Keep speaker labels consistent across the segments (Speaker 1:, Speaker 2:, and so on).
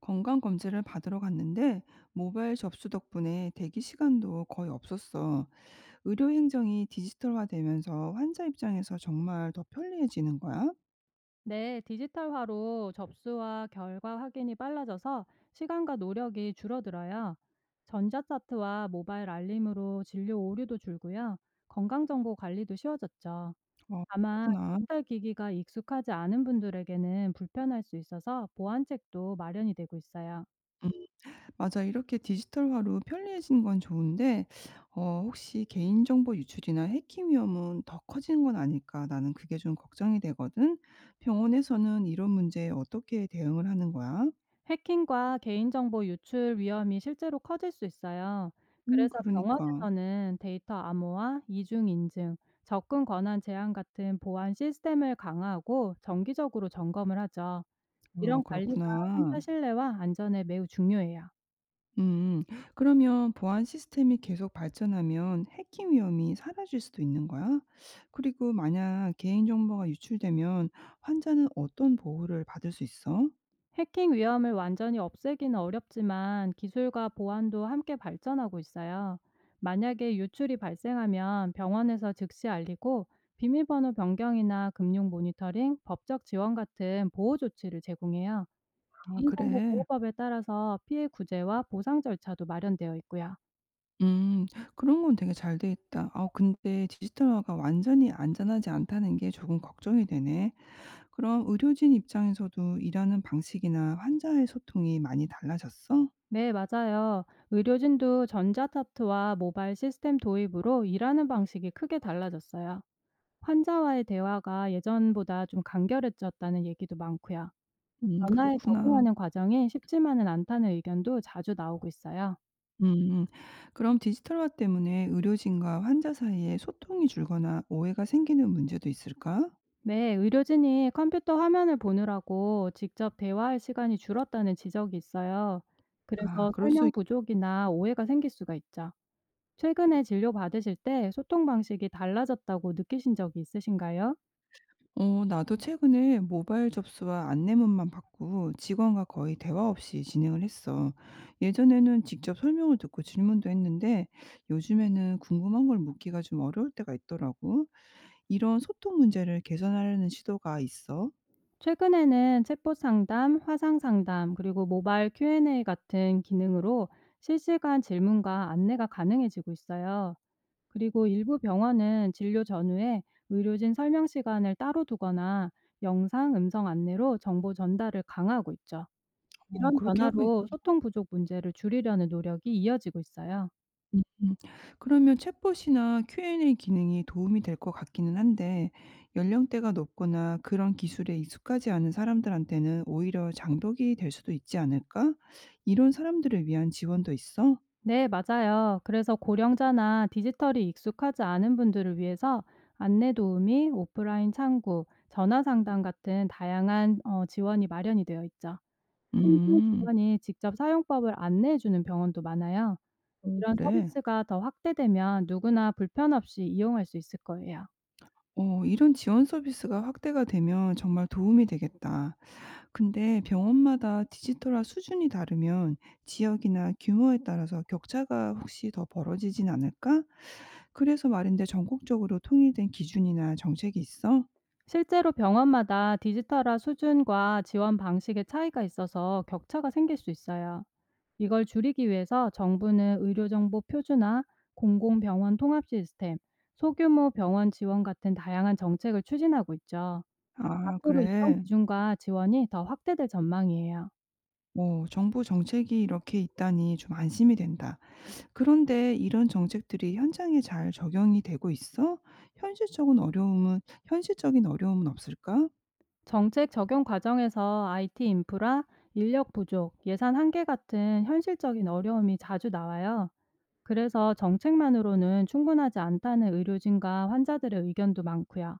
Speaker 1: 건강검진을 받으러 갔는데 모바일 접수 덕분에 대기 시간도 거의 없었어. 의료 행정이 디지털화되면서 환자 입장에서 정말 더 편리해지는 거야?
Speaker 2: 네, 디지털화로 접수와 결과 확인이 빨라져서 시간과 노력이 줄어들어요. 전자차트와 모바일 알림으로 진료 오류도 줄고요. 건강정보 관리도 쉬워졌죠.
Speaker 1: 어,
Speaker 2: 다만
Speaker 1: 그렇구나.
Speaker 2: 디지털 기기가 익숙하지 않은 분들에게는 불편할 수 있어서 보안책도 마련이 되고 있어요.
Speaker 1: 음, 맞아. 이렇게 디지털화로 편리해진 건 좋은데, 혹시 개인정보 유출이나 해킹 위험은 더 커진 건 아닐까? 나는 그게 좀 걱정이 되거든. 병원에서는 이런 문제에 어떻게 대응을 하는 거야?
Speaker 2: 해킹과 개인정보 유출 위험이 실제로 커질 수 있어요. 그래서
Speaker 1: 그러니까.
Speaker 2: 병원에서는 데이터 암호화, 이중인증, 접근 권한 제한 같은 보안 시스템을 강화하고 정기적으로 점검을 하죠.
Speaker 1: 와,
Speaker 2: 이런 관리가 환자
Speaker 1: 그렇구나.
Speaker 2: 신뢰와 안전에 매우 중요해요.
Speaker 1: 음. 그러면 보안 시스템이 계속 발전하면 해킹 위험이 사라질 수도 있는 거야? 그리고 만약 개인정보가 유출되면 환자는 어떤 보호를 받을 수 있어?
Speaker 2: 해킹 위험을 완전히 없애기는 어렵지만 기술과 보안도 함께 발전하고 있어요. 만약에 유출이 발생하면 병원에서 즉시 알리고 비밀번호 변경이나 금융 모니터링, 법적 지원 같은 보호 조치를 제공해요.
Speaker 1: 아,
Speaker 2: 개인정보
Speaker 1: 그래.
Speaker 2: 보호법에 따라서 피해 구제와 보상 절차도 마련되어 있고요.
Speaker 1: 음, 그런 건 되게 잘 돼 있다. 아, 근데 디지털화가 완전히 안전하지 않다는 게 조금 걱정이 되네. 그럼 의료진 입장에서도 일하는 방식이나 환자의 소통이 많이 달라졌어?
Speaker 2: 네, 맞아요. 의료진도 전자타투와 모바일 시스템 도입으로 일하는 방식이 크게 달라졌어요. 환자와의 대화가 예전보다 좀 간결해졌다는 얘기도 많고요. 변화에
Speaker 1: 그렇구나.
Speaker 2: 적응하는 과정이 쉽지만은 않다는 의견도 자주 나오고 있어요.
Speaker 1: 음. 음. 그럼 디지털화 때문에 의료진과 환자 사이에 소통이 줄거나 오해가 생기는 문제도 있을까?
Speaker 2: 네, 의료진이 컴퓨터 화면을 보느라고 직접 대화할 시간이 줄었다는 지적이 있어요.
Speaker 1: 아,
Speaker 2: 그래서
Speaker 1: 그럴 수 있...
Speaker 2: 설명 부족이나 오해가 생길 수가 있죠. 최근에 진료 받으실 때 소통 방식이 달라졌다고 느끼신 적이 있으신가요?
Speaker 1: 나도 최근에 모바일 접수와 안내문만 받고 직원과 거의 대화 없이 진행을 했어. 예전에는 직접 설명을 듣고 질문도 했는데 요즘에는 궁금한 걸 묻기가 좀 어려울 때가 있더라고. 이런 소통 문제를 개선하려는 시도가 있어.
Speaker 2: 최근에는 챗봇 상담, 화상 상담, 그리고 모바일 Q&A 같은 기능으로 실시간 질문과 안내가 가능해지고 있어요. 그리고 일부 병원은 진료 전후에 의료진 설명 시간을 따로 두거나 영상, 음성 안내로 정보 전달을 강화하고 있죠. 이런
Speaker 1: 그렇게 하고 있.
Speaker 2: 변화로 소통 부족 문제를 줄이려는 노력이 이어지고 있어요.
Speaker 1: 음. 그러면 챗봇이나 Q&A 기능이 도움이 될 것 같기는 한데 연령대가 높거나 그런 기술에 익숙하지 않은 사람들한테는 오히려 장벽이 될 수도 있지 않을까? 이런 사람들을 위한 지원도 있어?
Speaker 2: 네, 맞아요. 그래서 고령자나 디지털이 익숙하지 않은 분들을 위해서 안내 도우미, 오프라인 창구, 전화 상담 같은 다양한 지원이 마련이 되어 있죠. 현장
Speaker 1: 음.
Speaker 2: 직원이 직접 사용법을 안내해 주는 병원도 많아요.
Speaker 1: 음.
Speaker 2: 이런
Speaker 1: 그래.
Speaker 2: 서비스가 더 확대되면 누구나 불편 없이 이용할 수 있을 거예요.
Speaker 1: 어, 이런 지원 서비스가 확대가 되면 정말 도움이 되겠다. 근데 병원마다 디지털화 수준이 다르면 지역이나 규모에 따라서 격차가 혹시 더 벌어지진 않을까? 그래서 말인데 전국적으로 통일된 기준이나 정책이 있어?
Speaker 2: 실제로 병원마다 디지털화 수준과 지원 방식의 차이가 있어서 격차가 생길 수 있어요. 이걸 줄이기 위해서 정부는 의료정보 표준화, 공공병원 통합 시스템, 소규모 병원 지원 같은 다양한 정책을 추진하고 있죠.
Speaker 1: 아,
Speaker 2: 앞으로 이런
Speaker 1: 그래.
Speaker 2: 기준과 지원이 더 확대될 전망이에요.
Speaker 1: 뭐 정부 정책이 이렇게 있다니 좀 안심이 된다. 그런데 이런 정책들이 현장에 잘 적용이 되고 있어? 현실적인 어려움은 현실적인 어려움은 없을까?
Speaker 2: 정책 적용 과정에서 IT 인프라, 인력 부족, 예산 한계 같은 현실적인 어려움이 자주 나와요. 그래서 정책만으로는 충분하지 않다는 의료진과 환자들의 의견도 많고요.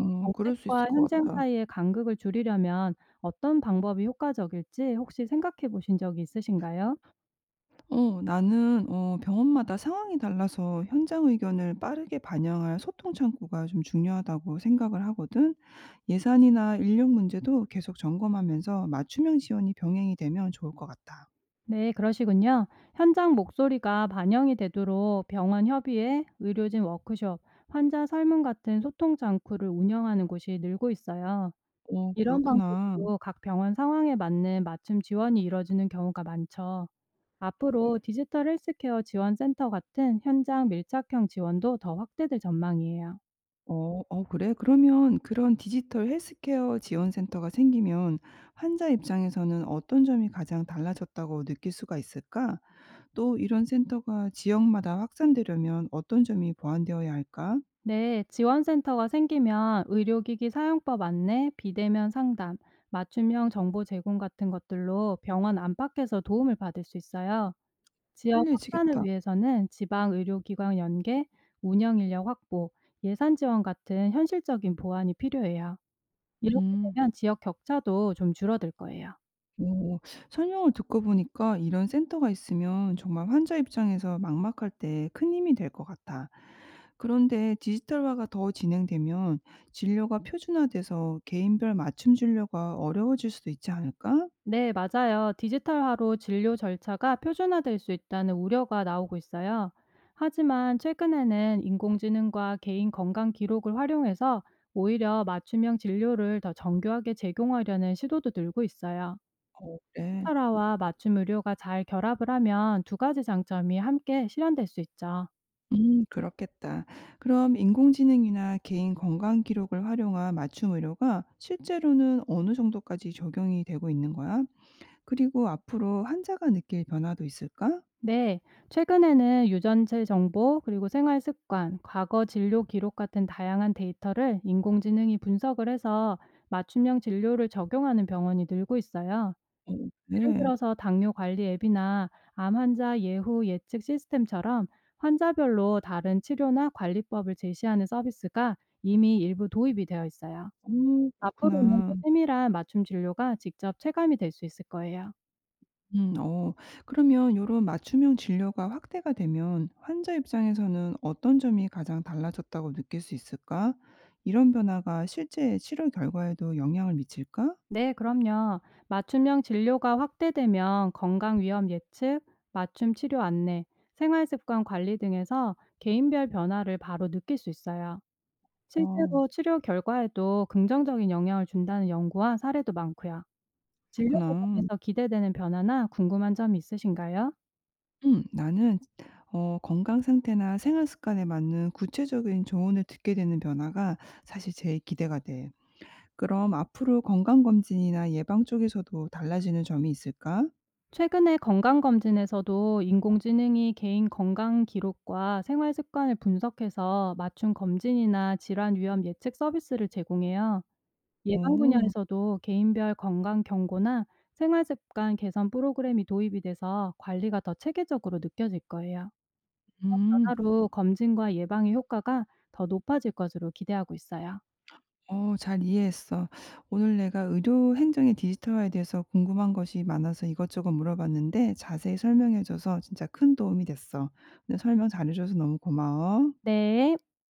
Speaker 1: 어, 그럴 수 있을
Speaker 2: 정책과
Speaker 1: 것
Speaker 2: 현장
Speaker 1: 같아.
Speaker 2: 사이의 간극을 줄이려면 어떤 방법이 효과적일지 혹시 생각해 보신 적이 있으신가요?
Speaker 1: 어, 나는 병원마다 상황이 달라서 현장 의견을 빠르게 반영할 소통 창구가 좀 중요하다고 생각을 하거든. 예산이나 인력 문제도 계속 점검하면서 맞춤형 지원이 병행이 되면 좋을 것 같다.
Speaker 2: 네, 그러시군요. 현장 목소리가 반영이 되도록 병원 협의회, 의료진 워크숍, 환자 설문 같은 소통 장구를 운영하는 곳이 늘고 있어요.
Speaker 1: 어,
Speaker 2: 이런
Speaker 1: 그렇구나.
Speaker 2: 방식으로 각 병원 상황에 맞는 맞춤 지원이 이뤄지는 경우가 많죠. 앞으로 디지털 헬스케어 지원센터 같은 현장 밀착형 지원도 더 확대될 전망이에요.
Speaker 1: 어, 그래? 그러면 그런 디지털 헬스케어 지원 센터가 생기면 환자 입장에서는 어떤 점이 가장 달라졌다고 느낄 수가 있을까? 또 이런 센터가 지역마다 확산되려면 어떤 점이 보완되어야 할까?
Speaker 2: 네, 지원센터가 생기면 의료기기 사용법 안내, 비대면 상담, 맞춤형 정보 제공 같은 것들로 병원 안팎에서 도움을 받을 수 있어요. 지역 확산을
Speaker 1: 편리해지겠다.
Speaker 2: 위해서는 지방 의료기관 연계, 운영 인력 확보, 예산 지원 같은 현실적인 보완이 필요해요. 이렇게
Speaker 1: 음.
Speaker 2: 되면 지역 격차도 좀 줄어들 거예요.
Speaker 1: 오. 설명을 듣고 보니까 이런 센터가 있으면 정말 환자 입장에서 막막할 때 큰 힘이 될 것 같아. 그런데 디지털화가 더 진행되면 진료가 표준화돼서 개인별 맞춤 진료가 어려워질 수도 있지 않을까?
Speaker 2: 네, 맞아요. 디지털화로 진료 절차가 표준화될 수 있다는 우려가 나오고 있어요. 하지만 최근에는 인공지능과 개인 건강 기록을 활용해서 오히려 맞춤형 진료를 더 정교하게 제공하려는 시도도 늘고 있어요.
Speaker 1: 그
Speaker 2: 디지털화와 맞춤 의료가 잘 결합을 하면 두 가지 장점이 함께 실현될 수 있죠.
Speaker 1: 그렇겠다. 그럼 인공지능이나 개인 건강 기록을 활용한 맞춤 의료가 실제로는 어느 정도까지 적용이 되고 있는 거야? 그리고 앞으로 환자가 느낄 변화도 있을까?
Speaker 2: 네, 최근에는 유전체 정보, 그리고 생활 습관, 과거 진료 기록 같은 다양한 데이터를 인공지능이 분석을 해서 맞춤형 진료를 적용하는 병원이 늘고 있어요.
Speaker 1: 어,
Speaker 2: 예를
Speaker 1: 네.
Speaker 2: 들어서 당뇨 관리 앱이나 암 환자 예후 예측 시스템처럼 환자별로 다른 치료나 관리법을 제시하는 서비스가 이미 일부 도입이 되어 있어요.
Speaker 1: 음,
Speaker 2: 앞으로는 더
Speaker 1: 그렇구나.
Speaker 2: 세밀한 맞춤 진료가 직접 체감이 될 수 있을 거예요.
Speaker 1: 음 어 그러면 이런 맞춤형 진료가 확대가 되면 환자 입장에서는 어떤 점이 가장 달라졌다고 느낄 수 있을까? 이런 변화가 실제 치료 결과에도 영향을 미칠까?
Speaker 2: 네, 그럼요. 맞춤형 진료가 확대되면 건강 위험 예측, 맞춤 치료 안내, 생활 습관 관리 등에서 개인별 변화를 바로 느낄 수 있어요.
Speaker 1: 어,
Speaker 2: 실제로 치료 결과에도 긍정적인 영향을 준다는 연구와 사례도 많고요. 진료
Speaker 1: 그렇구나.
Speaker 2: 과정에서 기대되는 변화나 궁금한 점이 있으신가요?
Speaker 1: 음, 나는 건강 상태나 생활 습관에 맞는 구체적인 조언을 듣게 되는 변화가 사실 제일 기대가 돼. 그럼 앞으로 건강 검진이나 예방 쪽에서도 달라지는 점이 있을까?
Speaker 2: 최근에 건강검진에서도 인공지능이 개인 건강 기록과 생활 습관을 분석해서 맞춤 검진이나 질환 위험 예측 서비스를 제공해요. 예방
Speaker 1: 오,
Speaker 2: 분야에서도 개인별 건강 경고나 생활 습관 개선 프로그램이 도입이 돼서 관리가 더 체계적으로 느껴질 거예요.
Speaker 1: 음.
Speaker 2: 변화로 검진과 예방의 효과가 더 높아질 것으로 기대하고 있어요.
Speaker 1: 어, 잘 이해했어. 오늘 내가 의료 행정의 디지털화에 대해서 궁금한 것이 많아서 이것저것 물어봤는데 자세히 설명해 줘서 진짜 큰 도움이 됐어. 오늘 설명 잘해 줘서 너무 고마워.
Speaker 2: 네.